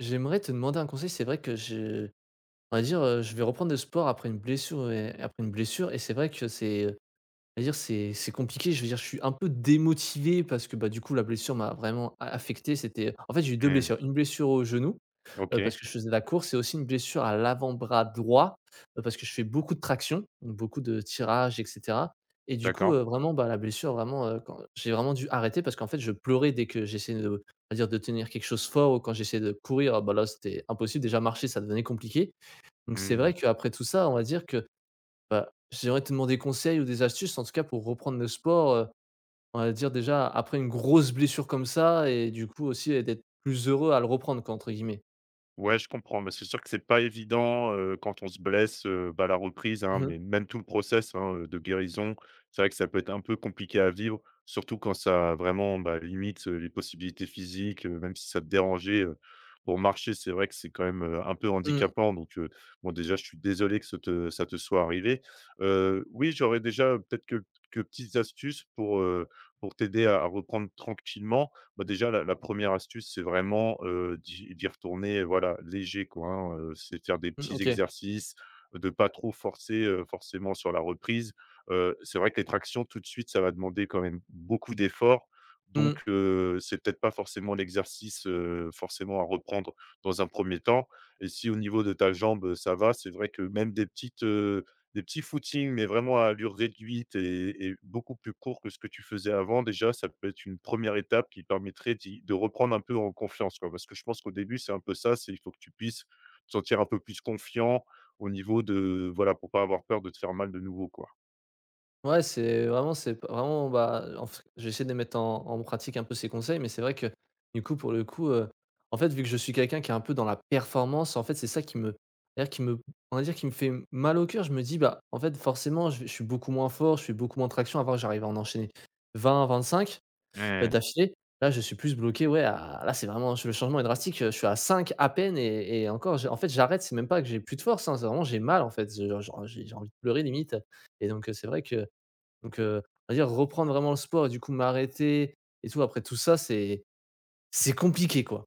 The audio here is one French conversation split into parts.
J'aimerais te demander un conseil. C'est vrai que je on va dire, je vais reprendre le sport après une blessure et c'est vrai que c'est, c'est-à-dire c'est compliqué, je veux dire, je suis un peu démotivé parce que, bah, du coup, la blessure m'a vraiment a affecté. C'était en fait, j'ai eu deux Mmh. blessures. Une blessure au genou, OK, parce que je faisais de la course et aussi une blessure à l'avant-bras droit, parce que je fais beaucoup de traction, donc beaucoup de tirage et cetera et du coup, d'accord. Vraiment, bah, quand j'ai vraiment dû arrêter parce qu'en fait, je pleurais dès que j'essayais de on va dire de tenir quelque chose fort ou quand j'essayais de courir, bah, là, c'était impossible. Déjà marcher, ça devenait compliqué donc c'est vrai Mmh. qu'après tout ça, on va dire que bah, j'aimerais te demander conseil ou des astuces, en tout cas, pour reprendre le sport, on va dire déjà après une grosse blessure comme ça et du coup aussi, d'être plus heureux à le reprendre quoi, entre guillemets. Ouais, je comprends, mais c'est sûr que c'est pas évident, quand on se blesse, bah, la reprise, hein, Mmh mh. mais même tout le process, hein, de guérison, c'est vrai que ça peut être un peu compliqué à vivre, surtout quand ça vraiment, bah, limite, les possibilités physiques, même si ça te dérangeait, pour marcher, c'est vrai que c'est quand même, un peu Mmh. handicapant donc bon déjà, je suis désolé que ce te ça te soit arrivé. Oui, j'aurais déjà, peut-être quelques petites astuces pour, t'aider à reprendre tranquillement. Bah, déjà, la 1 astuce, c'est vraiment, d'y retourner, voilà, léger, quoi, hein, c'est de faire des Mmh, petits OK. exercices, de pas trop forcer, forcément sur la reprise. C'est vrai que les tractions, tout de suite, ça va demander quand même beaucoup d'efforts, Mmh. donc c'est peut-être pas forcément l'exercice, forcément à reprendre dans un premier temps. Et si au niveau de ta jambe, ça va, c'est vrai que même des petits footings, mais vraiment à allure réduite et beaucoup plus court que ce que tu faisais avant, déjà, ça peut être une première étape qui permettrait d'y de reprendre un peu en confiance, quoi. Parce que je pense qu'au début, c'est un peu ça, c'est il faut que tu puisses te sentir un peu plus confiant au niveau de voilà, pour pas avoir peur de te faire mal de nouveau, quoi. Ouais, c'est vraiment c'est p vraiment, bah, en f je de les mettre en pratique un peu ces conseils, mais c'est vrai que du coup, pour le coup, en fait, vu que je suis quelqu'un qui est un peu dans la performance, en fait, c'est ça qui me c'est-à-dire qui me on va dire qui me fait mal au cœur. Je me dis: «Bah, en fait, forcément, je suis beaucoup moins fort, je suis beaucoup moins traction». Avant, j'arrivais à en enchaîner 20-25 Ouais. d'affilée. Là, je suis plus bloqué, ouais, à là, c'est vraiment ch le changement est drastique, je suis à 5 à peine et encore j'ai en fait, j'arrête, c'est même pas que j'ai plus de force, hein, c'est vraiment j'ai mal, en fait, je genre j'ai envie de pleurer limite et donc c'est vrai que donc on va dire reprendre vraiment le sport et du coup m'arrêter et tout après tout ça, c'est compliqué, quoi.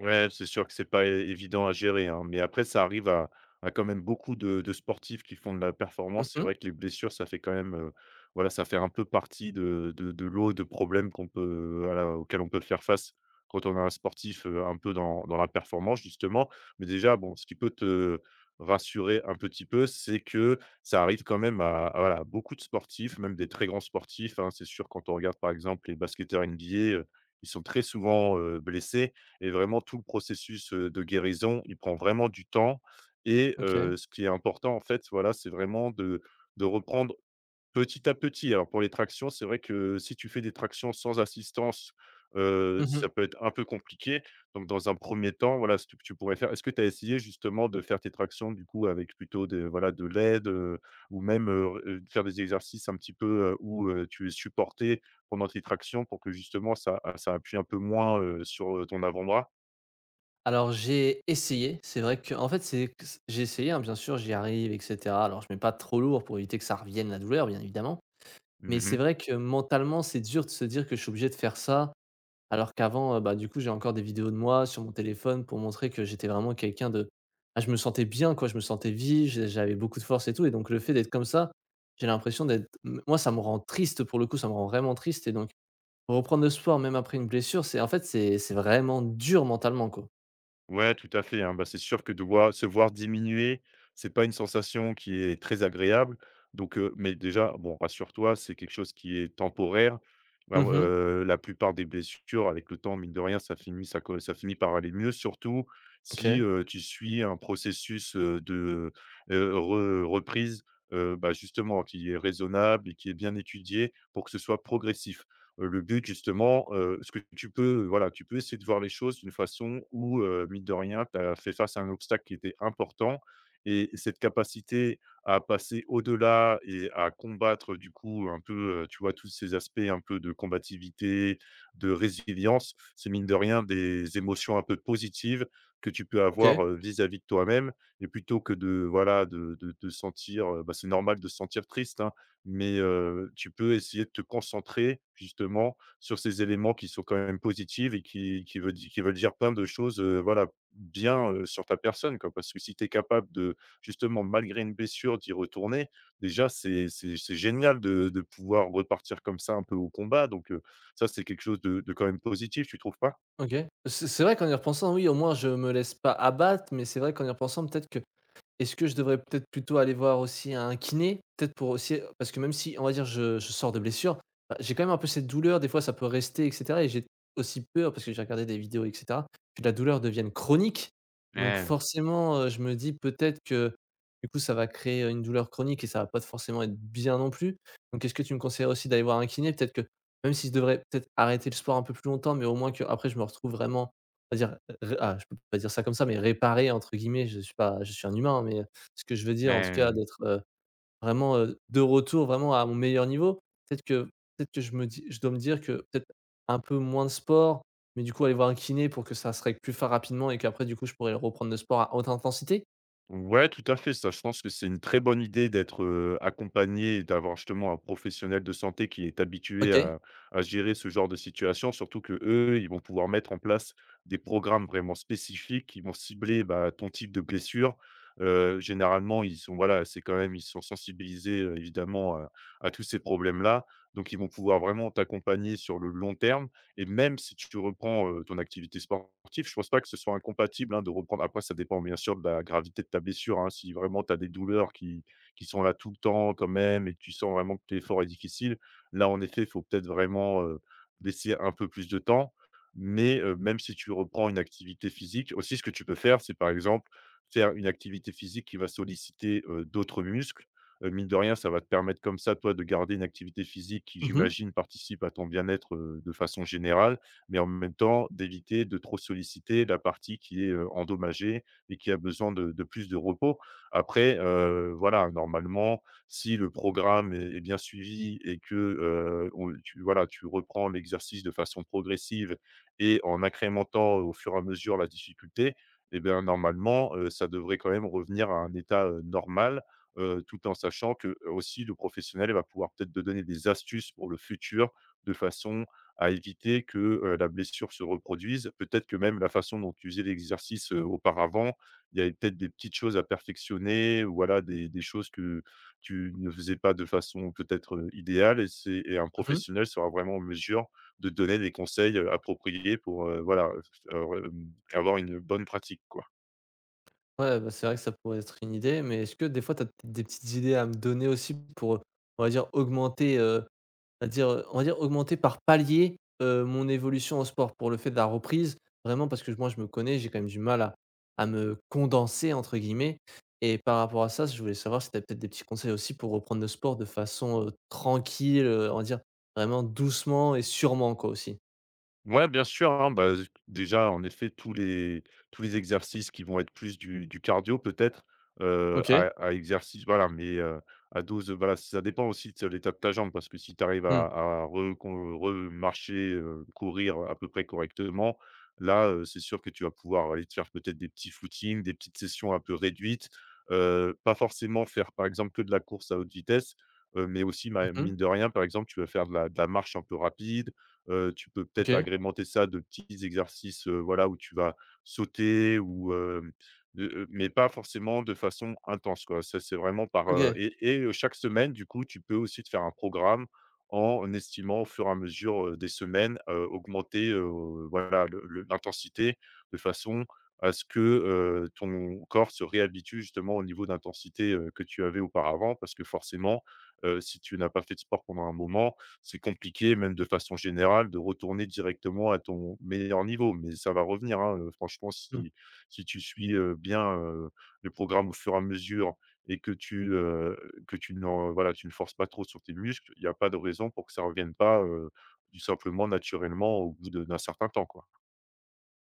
Ouais, c'est sûr que c'est pas é évident à gérer, hein, mais après ça arrive à quand même beaucoup de sportifs qui font de la performance. C'est Mmh vrai que les blessures, ça fait quand même, voilà, ça fait un peu partie de lot de problèmes qu'on peut, voilà, auxquels on peut faire face quand on est un sportif, un peu dans la performance justement. Mais déjà, bon, ce qui peut te rassurer un petit peu, c'est que ça arrive quand même à voilà, beaucoup de sportifs, même des très grands sportifs, hein. C'est sûr quand on regarde par exemple les basketteurs NBA, heu, ils sont très souvent, blessés et vraiment tout le processus, de guérison, il prend vraiment du temps et OK. Ce qui est important, en fait, voilà, c'est vraiment de reprendre petit à petit. Alors pour les tractions, c'est vrai que si tu fais des tractions sans assistance, Mmh ça peut être un peu compliqué. Donc dans un premier temps, voilà, ce que tu pourrais faire, est-ce que tu as essayé justement de faire tes tractions, du coup, avec plutôt de voilà, de l'aide, ou même, faire des exercices un petit peu, où, tu es supporté pendant tes tractions pour que justement ça appuie un peu moins, sur, ton avant-bras? Alors j'ai essayé, c'est vrai que en fait, c'est j'ai essayé, hein, bien sûr, j'y arrive et cetera. Alors je mets pas trop lourd pour éviter que ça revienne la douleur, bien évidemment. Mais c'est Mmh. vrai que mentalement, c'est dur de se dire que je suis obligé de faire ça, alors qu'avant, bah, du coup, j'ai encore des vidéos de moi sur mon téléphone pour montrer que j'étais vraiment quelqu'un de je me sentais bien quoi, je me sentais vif, j'avais beaucoup de force et tout et donc le fait d'être comme ça, j'ai l'impression d'être m moi, ça me rend triste pour le coup, ça me rend vraiment triste et donc reprendre le sport même après une blessure, c'est en fait, c'est vraiment dur mentalement quoi. Ouais, tout à fait, hein. Bah, c'est sûr que de voir se voir diminuer, c'est pas une sensation qui est très agréable. Donc, mais déjà, bon, rassure-toi, c'est quelque chose qui est temporaire. Bah, Mmh moi, mh. la plupart des blessures, avec le temps, mine de rien, ça finit par aller mieux, surtout si, OK, tu suis un processus, de, re reprise, bah, justement, qui est raisonnable et qui est bien étudié pour que ce soit progressif. Le but justement, ce que tu peux, voilà, tu peux essayer de voir les choses d'une façon où, mine de rien, tu as fait face à un obstacle qui était important et cette capacité à passer au-delà et à combattre du coup un peu, tu vois, tous ces aspects un peu de combativité, de résilience, c'est mine de rien des émotions un peu positives que tu peux OK, avoir, vis-à-vis de toi-même et plutôt que de, voilà, de te sentir, bah, c'est normal de se sentir triste, hein. Mais, tu peux essayer de te concentrer justement sur ces éléments qui sont quand même positifs et qui veut di qui veulent dire plein de choses, voilà, bien, sur ta personne, quoi. Parce que si tu es capable de justement, malgré une blessure, d'y retourner, déjà c'est génial de pouvoir repartir comme ça un peu au combat donc, ça c'est quelque chose de quand même positif, tu trouves pas? OK. C'est vrai qu'en y repensant, oui, au moins je me laisse pas abattre, mais c'est vrai qu'en y repensant peut-être que est-ce que je devrais peut-être plutôt aller voir aussi un kiné? Peut-être pour aussi parce que même si on va dire je sors de blessure, bah, j'ai quand même un peu cette douleur, des fois ça peut rester et cetera et j'ai aussi peur parce que j'ai regardé des vidéos et cetera, que la douleur devienne chronique. Donc Ouais, forcément, je me dis peut-être que du coup ça va créer, une douleur chronique et ça va pas forcément être bien non plus. Donc est-ce que tu me conseillerais aussi d'aller voir un kiné? Peut-être que même si je devrais peut-être arrêter le sport un peu plus longtemps, mais au moins que après je me retrouve vraiment, on va dire Ré ah, je peux pas dire ça comme ça, mais «réparer» entre guillemets, je suis pas je suis un humain, hein, mais ce que je veux dire en tout cas ouais. d'être, vraiment, de retour vraiment à mon meilleur niveau. Peut-être que peut-être que je me dis Je dois me dire que peut-être un peu moins de sport, mais du coup aller voir un kiné pour que ça se règle plus fa rapidement et qu'après du coup je pourrais reprendre le sport à haute intensité? Ouais, tout à fait. Ça, je pense que c'est une très bonne idée d'être, accompagné et d'avoir justement un professionnel de santé qui est habitué OK. à gérer ce genre de situation. Surtout que eux, ils vont pouvoir mettre en place des programmes vraiment spécifiques qui vont cibler, bah, ton type de blessure. Généralement, ils sont voilà, c'est quand même ils sont sensibilisés, évidemment, à tous ces problèmes-là. Donc ils vont pouvoir vraiment t'accompagner sur le long terme. Et même si tu reprends, ton activité sportive, je pense pas que ce soit incompatible, hein, de reprendre après. Ça dépend bien sûr de la gravité de ta blessure, hein. Si vraiment tu as des douleurs qui sont là tout le temps quand même et que tu sens vraiment que l'effort est difficile, là, en effet, il faut peut-être vraiment, laisser un peu plus de temps. Mais, même si tu reprends une activité physique aussi, ce que tu peux faire, c'est par exemple, faire une activité physique qui va solliciter, d'autres muscles. Mine de rien, ça va te permettre comme ça, toi, de garder une activité physique qui, Mmh mh. j'imagine, participe à ton bien-être, de façon générale, mais en même temps, d'éviter de trop solliciter la partie qui est, endommagée et qui a besoin de plus de repos. Après, voilà, normalement, si le programme est bien suivi et que, on tu voilà, tu reprends l'exercice de façon progressive et en incrémentant au fur et à mesure la difficulté. Eh bien, normalement, ça devrait quand même revenir à un état, normal, tout en sachant que, aussi le professionnel va pouvoir peut-être te donner des astuces pour le futur, de façon à éviter que, la blessure se reproduise. Peut-être que même la façon dont tu faisais l'exercice, auparavant, il y avait peut-être des petites choses à perfectionner, ou voilà des choses que tu ne faisais pas de façon peut-être, idéale. Et un Mmh. professionnel sera vraiment en mesure de te donner des conseils, appropriés pour, voilà, avoir une bonne pratique, quoi. Ouais, bah, c'est vrai que ça pourrait être une idée, mais est-ce que des fois tu as des petites idées à me donner aussi pour, on va dire augmenter, c'est-à-dire, on va dire augmenter par palier, mon évolution au sport pour le fait de la reprise. Vraiment parce que moi je me connais, j'ai quand même du mal à me «condenser» entre guillemets et par rapport à ça, je voulais savoir si tu avais peut-être des petits conseils aussi pour reprendre le sport de façon, tranquille, on va dire vraiment doucement et sûrement quoi aussi. Ouais, bien sûr, hein, bah, déjà, en effet, tous les exercices qui vont être plus du cardio peut-être, OK. À exercice voilà, mais à dose, voilà, ça dépend aussi de l'état de ta jambe parce que si tu arrives Mmh. à recon remarcher, courir à peu près correctement, là, c'est sûr que tu vas pouvoir aller te faire peut-être des petits footings, des petites sessions un peu réduites, pas forcément faire, par exemple, que de la course à haute vitesse, mais aussi, bah, Mmh mine de rien, par exemple, tu vas faire de la marche un peu rapide. Tu peux peut-être OK. agrémenter ça de petits exercices, voilà, où tu vas sauter ou, mais pas forcément de façon intense, quoi. Ça, c'est vraiment OK. et chaque semaine, du coup, tu peux aussi te faire un programme en estimant au fur et à mesure, des semaines, augmenter, voilà, le l'intensité de façon à ce que, ton corps se réhabitue justement au niveau d'intensité, que tu avais auparavant. Parce que forcément, si tu n'as pas fait de sport pendant un moment, c'est compliqué, même de façon générale, de retourner directement à ton meilleur niveau. Mais ça va revenir, hein, franchement, si tu suis, bien, le programme au fur et à mesure et que tu n'en voilà, tu ne forces pas trop sur tes muscles, il y a pas de raison pour que ça ne revienne pas, tout simplement naturellement au bout de d'un certain temps, quoi.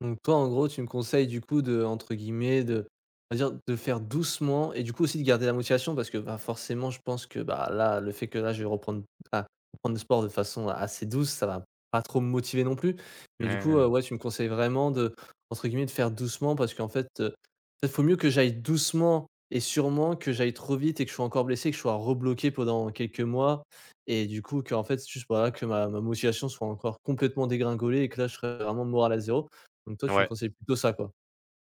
Donc toi, en gros, tu me conseilles du coup de entre guillemets de on va dire de faire doucement et du coup aussi de garder la motivation parce que, bah, forcément je pense que, bah, là, le fait que là je vais reprendre ah, reprendre le sport de façon assez douce, ça va pas trop me motiver non plus. Mais Ouais, du coup, ouais. Ouais, tu me conseilles vraiment de entre guillemets «de faire doucement» parce qu'en fait, il faut mieux que j'aille doucement et sûrement que j'aille trop vite et que je sois encore blessé, que je sois rebloqué pendant quelques mois et du coup que en fait, juste, voilà, que ma motivation soit encore complètement dégringolée et que là je serais vraiment moral à zéro. Donc toi, tu me Ouais. conseilles plutôt ça, quoi?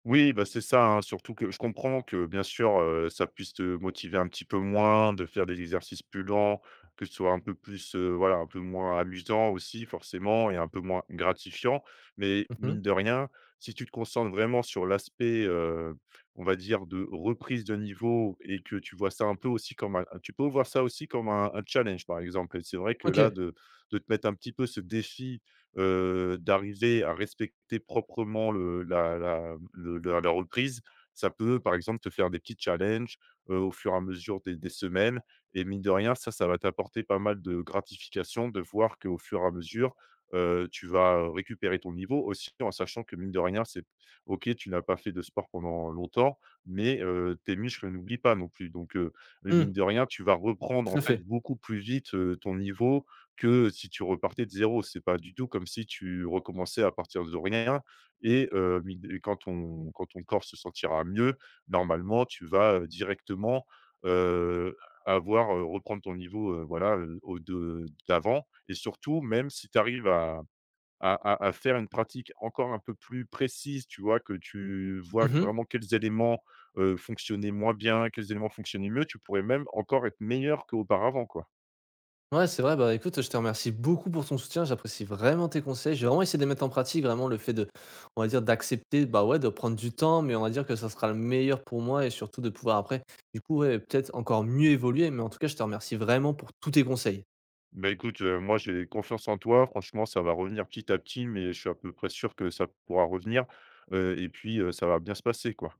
Oui, bah, c'est ça, hein, surtout que je comprends que, bien sûr, ça puisse te motiver un petit peu moins de faire des exercices plus lents, que ce soit un peu plus, voilà, un peu moins amusant aussi forcément et un peu moins gratifiant. Mais Mmh mine de rien, si tu te concentres vraiment sur l'aspect, on va dire de reprise de niveau et que tu vois ça un peu aussi comme un tu peux voir ça aussi comme un challenge, par exemple. Et c'est vrai que là, OK. de te mettre un petit peu ce défi, d'arriver à respecter proprement le la la reprise, ça peut, par exemple, te faire des petits challenges, au fur et à mesure des semaines et mine de rien, ça va t'apporter pas mal de gratification de voir qu'au fur et à mesure, tu vas récupérer ton niveau aussi en sachant que mine de rien, c'est OK, tu n'as pas fait de sport pendant longtemps, mais, tes muscles n'oublient pas non plus donc, Mmh, mine de rien, tu vas reprendre, tout en à fait, fait. beaucoup plus vite, ton niveau que si tu repartais de zéro. C'est pas du tout comme si tu recommençais à partir de rien et mine et quand ton corps se sentira mieux, normalement, tu vas, directement, heu, reprendre ton niveau, voilà, au de d'avant. Et surtout, même si tu arrives à faire une pratique encore un peu plus précise, tu vois? Que tu vois que Mmh. vraiment quels éléments, fonctionnaient moins bien, quels éléments fonctionnaient mieux, tu pourrais même encore être meilleur qu'auparavant, quoi. Ouais, c'est vrai, bah, écoute, je te remercie beaucoup pour ton soutien. J'apprécie vraiment tes conseils. Je vais vraiment essayer de les mettre en pratique, vraiment le fait de on va dire d'accepter, bah, ouais, de prendre du temps, mais on va dire que ça sera le meilleur pour moi et surtout de pouvoir après, du coup, ouais, peut-être encore mieux évoluer. Mais en tout cas, je te remercie vraiment pour tous tes conseils. Bah, écoute, moi, j'ai confiance en toi. Franchement, ça va revenir petit à petit, mais je suis à peu près sûr que ça pourra revenir, et puis, ça va bien se passer, quoi.